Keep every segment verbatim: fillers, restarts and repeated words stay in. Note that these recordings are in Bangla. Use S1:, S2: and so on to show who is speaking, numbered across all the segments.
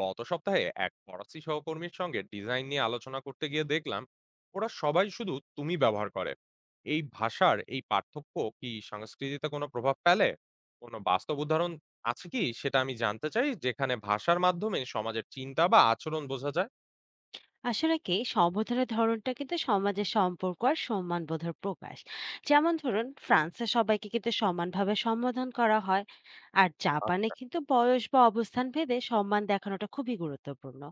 S1: গত সপ্তাহে এক ফরাসি সহকর্মীর সঙ্গে ডিজাইন নিয়ে আলোচনা করতে গিয়ে দেখলাম ওরা সবাই শুধু তুমি ব্যবহার করে। এই ভাষার এই পার্থক্য কি সংস্কৃতিতে কোনো প্রভাব ফেলে? কোনো বাস্তব উদাহরণ আছে কি, সেটা আমি জানতে চাই, যেখানে ভাষার মাধ্যমে সমাজের চিন্তা বা আচরণ বোঝা যায়।
S2: আসলে কি সম্বোধনের ধরনটা কিন্তু সমাজের সম্পর্ক আর সম্মান বোধের প্রকাশ। যেমন ধরুন, ফ্রান্সে সবাইকে কিন্তু সমানভাবে সম্বোধন করা হয়। আর জাপানে
S1: আচ্ছা।
S2: কিন্তু বয়স বা অবস্থান ভেদে সম্মান দেখানোটা খুবই গুরুত্বপূর্ণ।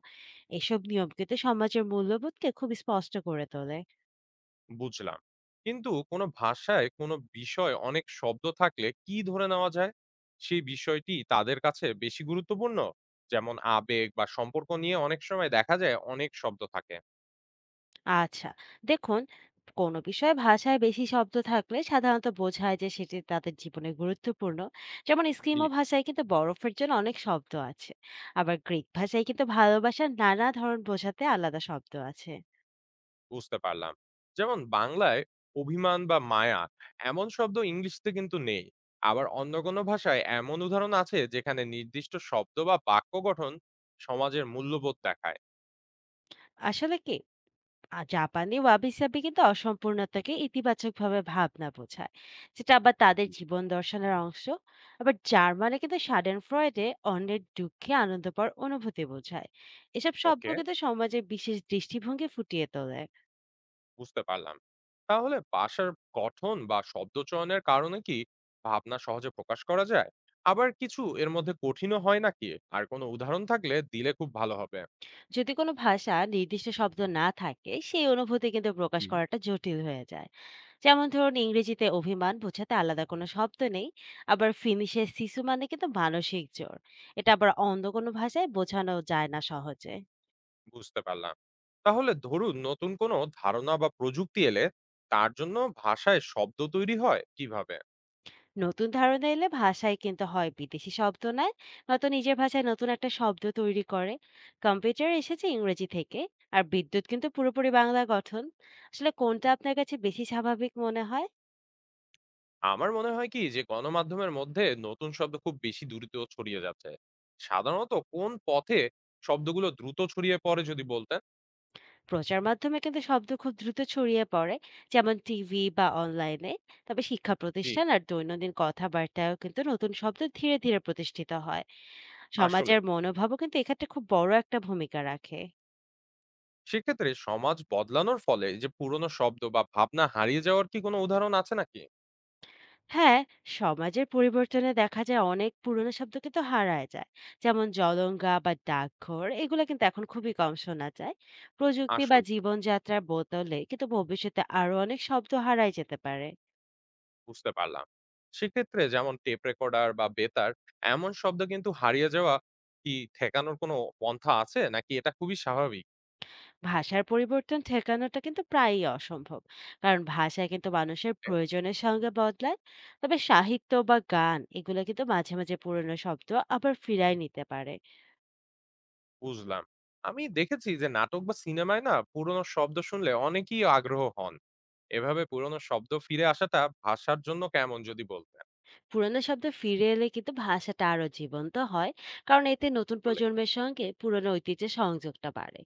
S2: এসব নিয়ম কিন্তু সমাজের মূল্যবোধকে খুব স্পষ্ট করে তোলে।
S1: বুঝলাম। কিন্তু কোনো ভাষায় কোনো বিষয় অনেক শব্দ থাকলে কি ধরে নেওয়া যায় সেই বিষয়টি তাদের কাছে বেশি গুরুত্বপূর্ণ? যেমন আবেগ বা সম্পর্ক নিয়ে অনেক সময় দেখা যায় অনেক শব্দ থাকে।
S2: আচ্ছা, দেখুন, কোনো বিষয়ে ভাষায় বেশি শব্দ থাকলে সাধারণত বোঝায় যে সেটি তাদের জীবনে গুরুত্বপূর্ণ। যেমন
S1: জি।
S2: স্কিমো ভাষায় কিন্তু বরফের জন্য অনেক শব্দ আছে। আবার গ্রিক ভাষায় কিন্তু ভালোবাসার নানা ধরন বোঝাতে আলাদা শব্দ আছে।
S1: বুঝতে পারলাম। যেমন বাংলায় অভিমান বা মায়া এমন শব্দ ইংলিশতে কিন্তু নেই। আবার অন্য কোনো ভাষায় এমন উদাহরণ আছে যেখানে নির্দিষ্ট শব্দ বা বাক্য গঠন সমাজের মূল্যবোধ দেখায়।
S2: আসলে কি, আ জাপানি ওয়াবিসাবি কিন্তু অসম্পূর্ণতাকে ইতিবাচকভাবে ভাবনা বোঝায়, যেটা আবার তাদের জীবন দর্শনের অংশ। আবার জার্মানে কিন্তু সাডেন ফ্রয়েডে অন্যের দুঃখে আনন্দ পাওয়ার অনুভূতি বোঝায়। এসব শব্দ
S1: ওকে,
S2: কিন্তু সমাজের বিশেষ দৃষ্টিভঙ্গি ফুটিয়ে তোলে।
S1: বুঝতে পারলাম। তাহলে ভাষার গঠন বা শব্দচয়নের কারণে কি ভাবনা সহজে প্রকাশ করা যায়? আবার কিছু এর মধ্যে কঠিনও হয় নাকি? আর কোনো উদাহরণ থাকলে দিলে খুব ভালো হবে।
S2: যদি কোনো ভাষা নির্দিষ্ট শব্দ না থাকে, সেই অনুভূতি কিন্তু
S1: জি।
S2: প্রকাশ করাটা জটিল হয়ে যায়। যেমন ধরুন, ইংরেজিতে অভিমান বোঝাতে আলাদা কোনো শব্দ নেই। আবার ফিনিশে শিশু মানে কিন্তু মানসিক জোর। এটা আবার অন্য কোনো ভাষায় বোঝানো যায় না সহজে।
S1: বুঝতে পারলাম। তাহলে ধরুন নতুন কোনো ধারণা বা প্রযুক্তি এলে তার জন্য ভাষায় শব্দ তৈরি হয় কিভাবে?
S2: নতুন ধারণা এলে ভাষায় কিন্তু হয় বিদেশি শব্দ নেয়, নয়তো নিজের ভাষায় নতুন একটা শব্দ তৈরি করে। কম্পিউটার এসেছে ইংরেজি থেকে, আর বিদ্যুৎ কিন্তু পুরোপুরি বাংলা গঠন। আসলে কোনটা আপনার কাছে বেশি স্বাভাবিক মনে হয়?
S1: আমার মনে হয় কি যে গণমাধ্যমের মধ্যে নতুন শব্দ খুব বেশি দ্রুত ছড়িয়ে যাচ্ছে। সাধারণত কোন পথে শব্দগুলো দ্রুত ছড়িয়ে পড়ে যদি বলতেন।
S2: প্রচার মাধ্যমে কিন্তু শব্দ খুব দ্রুত ছড়িয়ে পড়ে, যেমন টিভি বা অনলাইনে। তবে শিক্ষা
S1: জি।
S2: প্রতিষ্ঠান আর দৈনন্দিন কথাবার্তায়ও কিন্তু নতুন শব্দ ধীরে ধীরে প্রতিষ্ঠিত হয়।
S1: আসলে
S2: সমাজের মনোভাবও কিন্তু এক্ষেত্রে খুব বড় একটা ভূমিকা রাখে।
S1: সেক্ষেত্রে সমাজ বদলানোর ফলে যে পুরনো শব্দ বা ভাবনা হারিয়ে যাওয়ার কি কোনো উদাহরণ আছে নাকি?
S2: হ্যাঁ, সমাজের পরিবর্তনে দেখা যায় অনেক পুরনো শব্দ কিন্তু হারায় যায়। যেমন জলঙ্গা বা ডাকঘর, এগুলো কিন্তু এখন খুবই কম শোনা যায়। প্রযুক্তি বা
S1: আসলে
S2: জীবনযাত্রার বদলে কিন্তু ভবিষ্যতে আরো অনেক শব্দ হারায় যেতে পারে।
S1: বুঝতে পারলাম। সেক্ষেত্রে যেমন টেপ রেকর্ডার বা বেতার এমন শব্দ কিন্তু হারিয়ে যাওয়া কি ঠেকানোর কোনো পন্থা আছে? নাকি এটা খুবই স্বাভাবিক?
S2: ভাষার পরিবর্তন ঠেকানোটা কিন্তু প্রায়ই অসম্ভব। কারণ ভাষা কিন্তু মানুষের
S1: এ
S2: প্রয়োজনের সঙ্গে বদলায়। তবে সাহিত্য বা গান, এগুলো কিন্তু মাঝে মাঝে পুরনো শব্দ আবার ফিরায় নিতে পারে।
S1: বুঝলাম। আমি দেখেছি যে নাটক বা সিনেমায় না পুরনো শব্দ শুনলে অনেকেই আগ্রহ হন। এভাবে পুরনো শব্দ ফিরে আসাটা ভাষার জন্য কেমন, যদি বলতেন?
S2: পুরোনো শব্দ ফিরে এলে কিন্তু ভাষাটা আরো জীবন্ত হয়, কারণ এতে নতুন
S1: আসলে
S2: প্রজন্মের সঙ্গে পুরোনো ঐতিহ্যের সংযোগটা বাড়ে।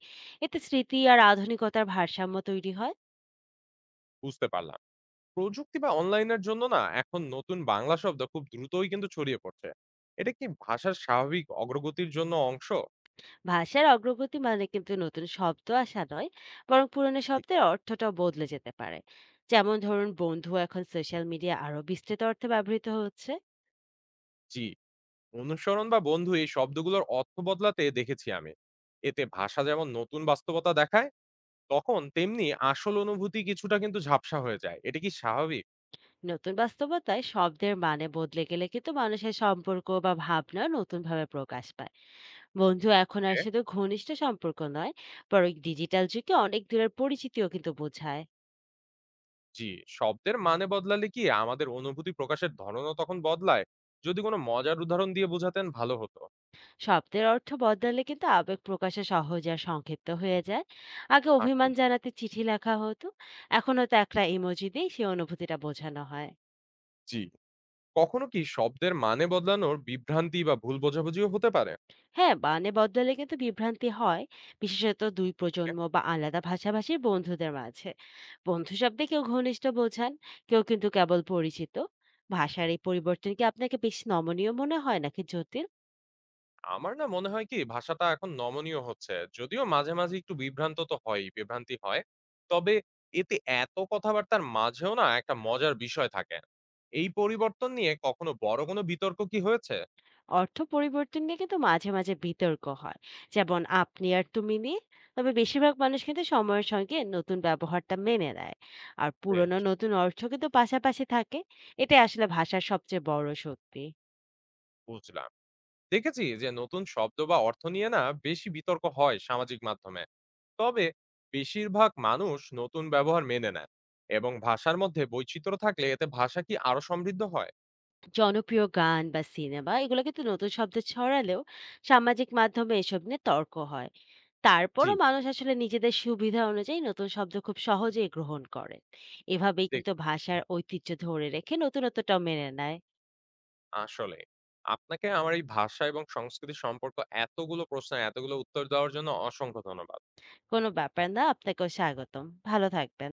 S2: এতে স্মৃতি আর আধুনিকতার ভারসাম্য তৈরি হয়।
S1: বুঝতে পারলাম। প্রযুক্তি বা অনলাইনের জন্য না এখন নতুন বাংলা শব্দ খুব দ্রুতই কিন্তু ছড়িয়ে পড়ছে। এটা কি ভাষার স্বাভাবিক অগ্রগতির জন্য অংশ?
S2: ভাষার অগ্রগতি মানে কিন্তু নতুন শব্দ আসা নয়, বরং পুরোনো শব্দের অর্থটাও বদলে যেতে পারে। যেমন ধরুন, বন্ধু এখন সোশ্যাল মিডিয়া আরো বিস্তৃত অর্থে ব্যবহৃত হচ্ছে।
S1: জি। অনুসরণ বা বন্ধু এই শব্দগুলোর অর্থ বদলাতে দেখেছি আমি। এতে ভাষা যেমন নতুন বাস্তবতা দেখায়, তখন তেমনি আসল অনুভূতি কিছুটা কিন্তু ঝাপসা হয়ে যায়। এটা কি স্বাভাবিক?
S2: নতুন বাস্তবতায় শব্দের মানে বদলে গেলে কিন্তু মানুষের সম্পর্ক বা ভাবনা নতুনভাবে প্রকাশ পায়। বন্ধু এখন আর
S1: ওকে।
S2: শুধু ঘনিষ্ঠ সম্পর্ক নয়, বরং ডিজিটাল যুগে অনেক দূরের পরিচিতিও কিন্তু বোঝায়।
S1: জি। শব্দের মানে বদলালে কি আমাদের অনুভূতি প্রকাশের ধরনও তখন বদলায়? যদি কোনো মজার উদাহরণ দিয়ে বোঝাতেন ভালো হতো।
S2: শব্দের অর্থ বদলালে কিন্তু আবেগ প্রকাশে সহজ আর সংক্ষিপ্ত হয়ে যায়। আগে
S1: আসলে।
S2: অভিমান জানাতে চিঠি লেখা হতো, এখন হয়তো একটা ইমোজি দিয়ে সেই অনুভূতিটা বোঝানো হয়।
S1: জি। কখনো কি শব্দের মানে বদলানোর বিভ্রান্তি বা ভুল বোঝাবুঝিও হতে পারে?
S2: হ্যাঁ, মানে বদলালে কিন্তু বিভ্রান্তি হয়, বিশেষত দুই প্রজন্ম বা আলাদা ভাষাভাষীর বন্ধুদের মাঝে। বন্ধু শব্দে কেউ ঘনিষ্ঠ বোঝান, কেউ কিন্তু কেবল পরিচিত। ভাষার এই পরিবর্তন কি আপনাকে বেশি নমনীয় মনে হয় নাকি জটিল?
S1: আমার না মনে হয় কি ভাষাটা এখন নমনীয় হচ্ছে। যদিও মাঝে, মাঝে একটু বিভ্রান্ত তো হয়ই, বিভ্রান্তি হয়। তবে এতে এত কথাবার্তার মাঝেও না একটা মজার বিষয় থাকে। এই পরিবর্তন নিয়ে কখনো বড় কোনো বিতর্ক কি হয়েছে?
S2: অর্থ পরিবর্তন নিয়ে কিন্তু মাঝে মাঝে বিতর্ক হয়, যেমন আপনি আর তুমি নিয়ে। তবে বেশিরভাগ মানুষ কিন্তু সময়ের সঙ্গে নতুন ব্যবহারটা মেনে নেয়, আর
S1: বেশ।
S2: পুরনো নতুন অর্থ কিন্তু পাশাপাশি থাকে। এটা আসলে ভাষার সবচেয়ে বড় শক্তি।
S1: বুঝলাম। দেখেছি যে নতুন শব্দ বা অর্থ নিয়ে না বেশি বিতর্ক হয় সামাজিক মাধ্যমে। তবে বেশিরভাগ মানুষ নতুন ব্যবহার মেনে নেয়, এবং ভাষার মধ্যে বৈচিত্র্য থাকলে এতে ভাষা কি আরো সমৃদ্ধ হয়?
S2: জনপ্রিয় গান বা সিনেমা এগুলো কিন্তু নতুন শব্দ ছড়ালেও সামাজিক মাধ্যমে এসব নিয়ে তর্ক হয়।
S1: জি।
S2: তারপরও মানুষ আসলে নিজেদের সুবিধা অনুযায়ী নতুন শব্দ খুব সহজেই গ্রহণ করে। এভাবেই কিন্তু ভাষার ঐতিহ্য ধরে রেখে নতুনত্বটাও মেনে নেয়।
S1: আসলেই। আপনাকে আমার এই ভাষা এবং সংস্কৃতি সম্পর্ক এতগুলো প্রশ্ন, এতগুলো উত্তর দেওয়ার জন্য অসংখ্য ধন্যবাদ।
S2: কোনো ব্যাপার না। আপনাকেও স্বাগতম। ভালো থাকবেন।